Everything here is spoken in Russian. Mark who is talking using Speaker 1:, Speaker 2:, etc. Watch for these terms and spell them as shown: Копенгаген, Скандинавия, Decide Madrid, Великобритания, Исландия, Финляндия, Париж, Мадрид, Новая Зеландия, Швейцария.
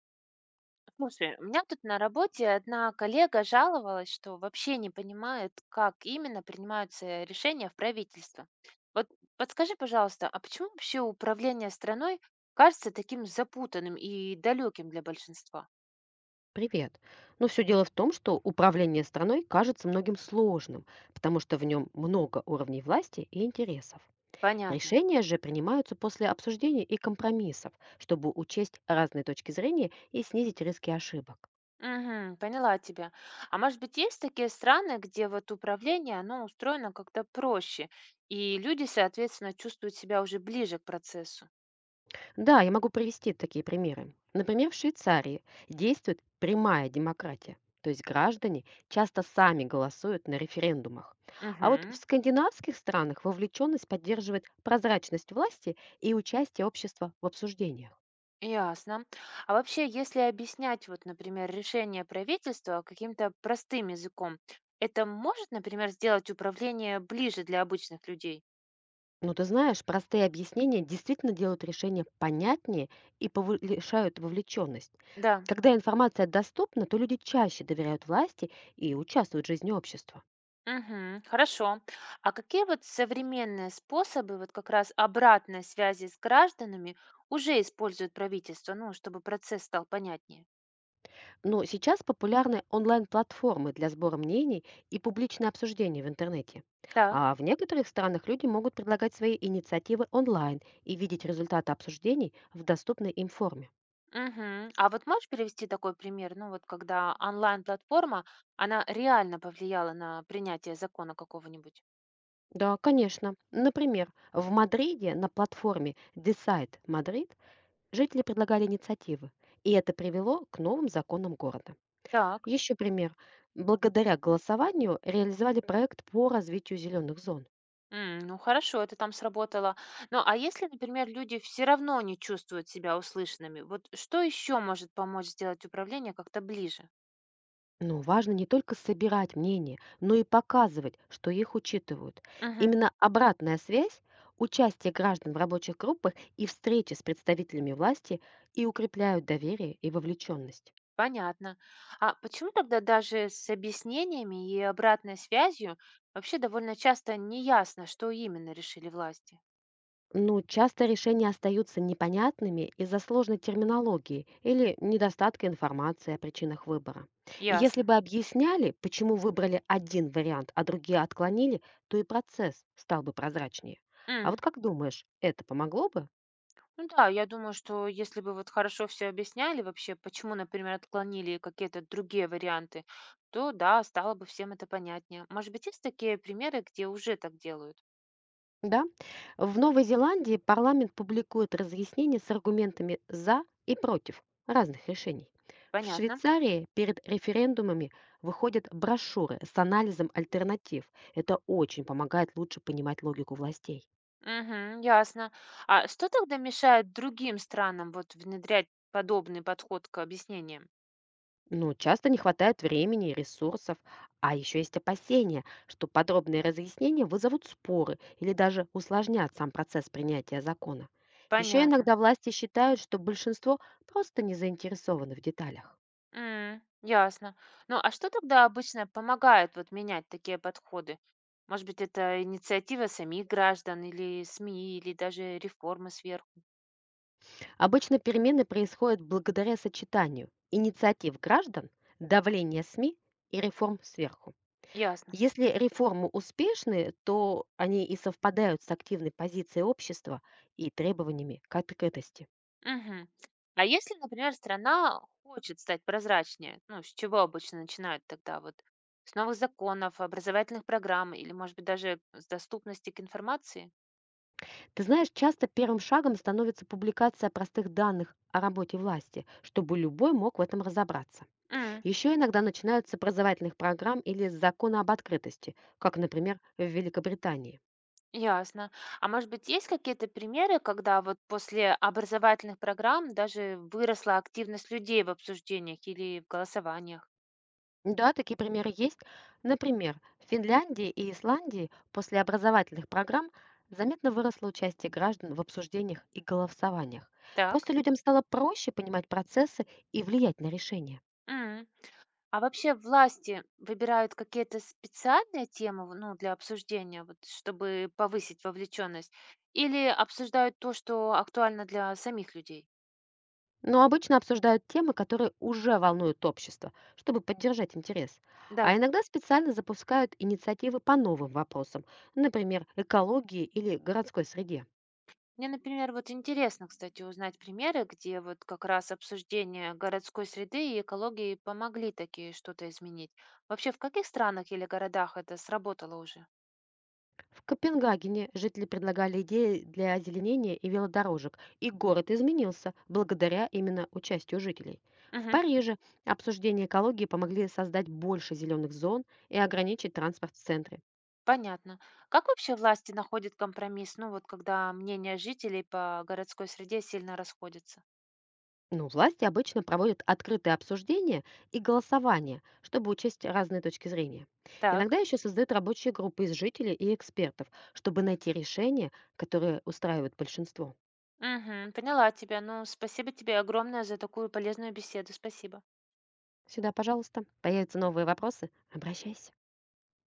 Speaker 1: Слушай, у меня тут на работе одна коллега жаловалась, что вообще не понимает, как именно принимаются решения в правительстве. Вот подскажи, пожалуйста, а почему вообще управление страной кажется таким запутанным и далеким для большинства?
Speaker 2: Привет. Но все дело в том, что управление страной кажется многим сложным, потому что в нем много уровней власти и интересов.
Speaker 1: Понятно.
Speaker 2: Решения же принимаются после обсуждений и компромиссов, чтобы учесть разные точки зрения и снизить риски ошибок.
Speaker 1: Мгм, поняла тебя. А может быть, есть такие страны, где вот управление, оно устроено как-то проще, и люди, соответственно, чувствуют себя уже ближе к процессу?
Speaker 2: Да, я могу привести такие примеры. Например, в Швейцарии действует прямая демократия, то есть граждане часто сами голосуют на референдумах. А вот в
Speaker 1: Угу.
Speaker 2: скандинавских странах вовлеченность поддерживает прозрачность власти и участие общества в обсуждениях.
Speaker 1: Ясно. А вообще, если объяснять, вот, например, решение правительства каким-то простым языком, это может, например, сделать управление ближе для обычных людей?
Speaker 2: Ну ты знаешь, простые объяснения действительно делают решения понятнее и повышают вовлеченность.
Speaker 1: Да.
Speaker 2: Когда информация доступна, то люди чаще доверяют власти и участвуют в жизни общества.
Speaker 1: Мгм. Хорошо. А какие вот современные способы вот как раз обратной связи с гражданами уже использует правительство, ну, чтобы процесс стал понятнее?
Speaker 2: Но сейчас популярны онлайн-платформы для сбора мнений и публичное обсуждение в интернете.
Speaker 1: Так.
Speaker 2: А в некоторых странах люди могут предлагать свои инициативы онлайн и видеть результаты обсуждений в доступной им форме.
Speaker 1: Мгм. А вот можешь привести такой пример, ну, вот когда онлайн-платформа, она реально повлияла на принятие закона какого-нибудь?
Speaker 2: Да, конечно. Например, в Мадриде на платформе Decide Madrid жители предлагали инициативы, и это привело к новым законам города.
Speaker 1: Так.
Speaker 2: Еще пример. Благодаря голосованию реализовали проект по развитию зеленых зон.
Speaker 1: М, ну хорошо, это там сработало. Ну, а если, например, люди все равно не чувствуют себя услышанными, вот что еще может помочь сделать управление как-то ближе?
Speaker 2: Но важно не только собирать мнения, но и показывать, что их учитывают.
Speaker 1: Мгм,
Speaker 2: Именно обратная связь, участие граждан в рабочих группах и встречи с представителями власти и укрепляют доверие и вовлеченность.
Speaker 1: понятно. А почему тогда даже с объяснениями и обратной связью вообще довольно часто не ясно, что именно решили власти?
Speaker 2: Но часто решения остаются непонятными из-за сложной терминологии или недостатка информации о причинах выбора. И если
Speaker 1: Ясно.
Speaker 2: бы объясняли, почему выбрали один вариант, а другие отклонили, то и процесс стал бы прозрачнее. А
Speaker 1: М.
Speaker 2: вот как думаешь, это помогло бы?
Speaker 1: Ну да, я думаю, что если бы вот хорошо все объясняли вообще, почему, например, отклонили какие-то другие варианты, то да, стало бы всем это понятнее. Может быть, есть такие примеры, где уже так делают?
Speaker 2: Да. В Новой Зеландии парламент публикует разъяснения с аргументами «за» и «против» разных решений. В
Speaker 1: Понятно.
Speaker 2: Швейцарии перед референдумами выходят брошюры с анализом альтернатив. Это очень помогает лучше понимать логику властей.
Speaker 1: Угу, ясно. А что тогда мешает другим странам вот внедрять подобный подход к объяснениям?
Speaker 2: Но часто не хватает времени и ресурсов, а еще есть опасения, что подробные разъяснения вызовут споры или даже усложнят сам процесс принятия закона. Еще
Speaker 1: Понятно.
Speaker 2: иногда власти считают, что большинство просто не заинтересованы в деталях.
Speaker 1: М, ясно. Ну, а что тогда обычно помогает вот менять такие подходы? Может быть, это инициатива самих граждан или СМИ, или даже реформы сверху?
Speaker 2: Обычно перемены происходят благодаря сочетанию инициатив граждан, давления СМИ и реформ сверху.
Speaker 1: Ясно.
Speaker 2: Если реформы успешны, то они и совпадают с активной позицией общества и требованиями к открытости.
Speaker 1: Мгм. А если, например, страна хочет стать прозрачнее, ну, с чего обычно начинают тогда? Вот с новых законов, образовательных программ или, может быть, даже с доступности к информации?
Speaker 2: Ты знаешь, часто первым шагом становится публикация простых данных о работе власти, чтобы любой мог в этом разобраться.
Speaker 1: М,
Speaker 2: Еще иногда начинают с образовательных программ или с закона об открытости, как, например, в Великобритании.
Speaker 1: ясно. А может быть, есть какие-то примеры, когда вот после образовательных программ даже выросла активность людей в обсуждениях или в голосованиях?
Speaker 2: Да, такие примеры есть. Например, в Финляндии и Исландии после образовательных программ заметно выросло участие граждан в обсуждениях и голосованиях.
Speaker 1: Так.
Speaker 2: Просто людям стало проще понимать процессы и влиять на решения.
Speaker 1: А вообще власти выбирают какие-то специальные темы, ну, для обсуждения, вот, чтобы повысить вовлеченность, или обсуждают то, что актуально для самих людей?
Speaker 2: Но обычно обсуждают темы, которые уже волнуют общество, чтобы поддержать интерес.
Speaker 1: Да.
Speaker 2: А иногда специально запускают инициативы по новым вопросам, например, экологии или городской среде.
Speaker 1: Мне, например, вот интересно, кстати, узнать примеры, где вот как раз обсуждение городской среды и экологии помогли такие что-то изменить. Вообще, в каких странах или городах это сработало уже?
Speaker 2: В Копенгагене жители предлагали идеи для озеленения и велодорожек, и город изменился благодаря именно участию жителей. В
Speaker 1: Мгм.
Speaker 2: Париже обсуждения экологии помогли создать больше зеленых зон и ограничить транспорт в центре.
Speaker 1: Понятно. Как вообще власти находят компромисс, ну вот когда мнения жителей по городской среде сильно расходятся?
Speaker 2: Но власти обычно проводят открытые обсуждения и голосования, чтобы учесть разные точки зрения.
Speaker 1: Так.
Speaker 2: Иногда еще создают рабочие группы из жителей и экспертов, чтобы найти решения, которые устраивают большинство.
Speaker 1: Мгм. Поняла тебя. Ну, спасибо тебе огромное за такую полезную беседу. Спасибо.
Speaker 2: Всегда, пожалуйста, появятся новые вопросы, обращайся.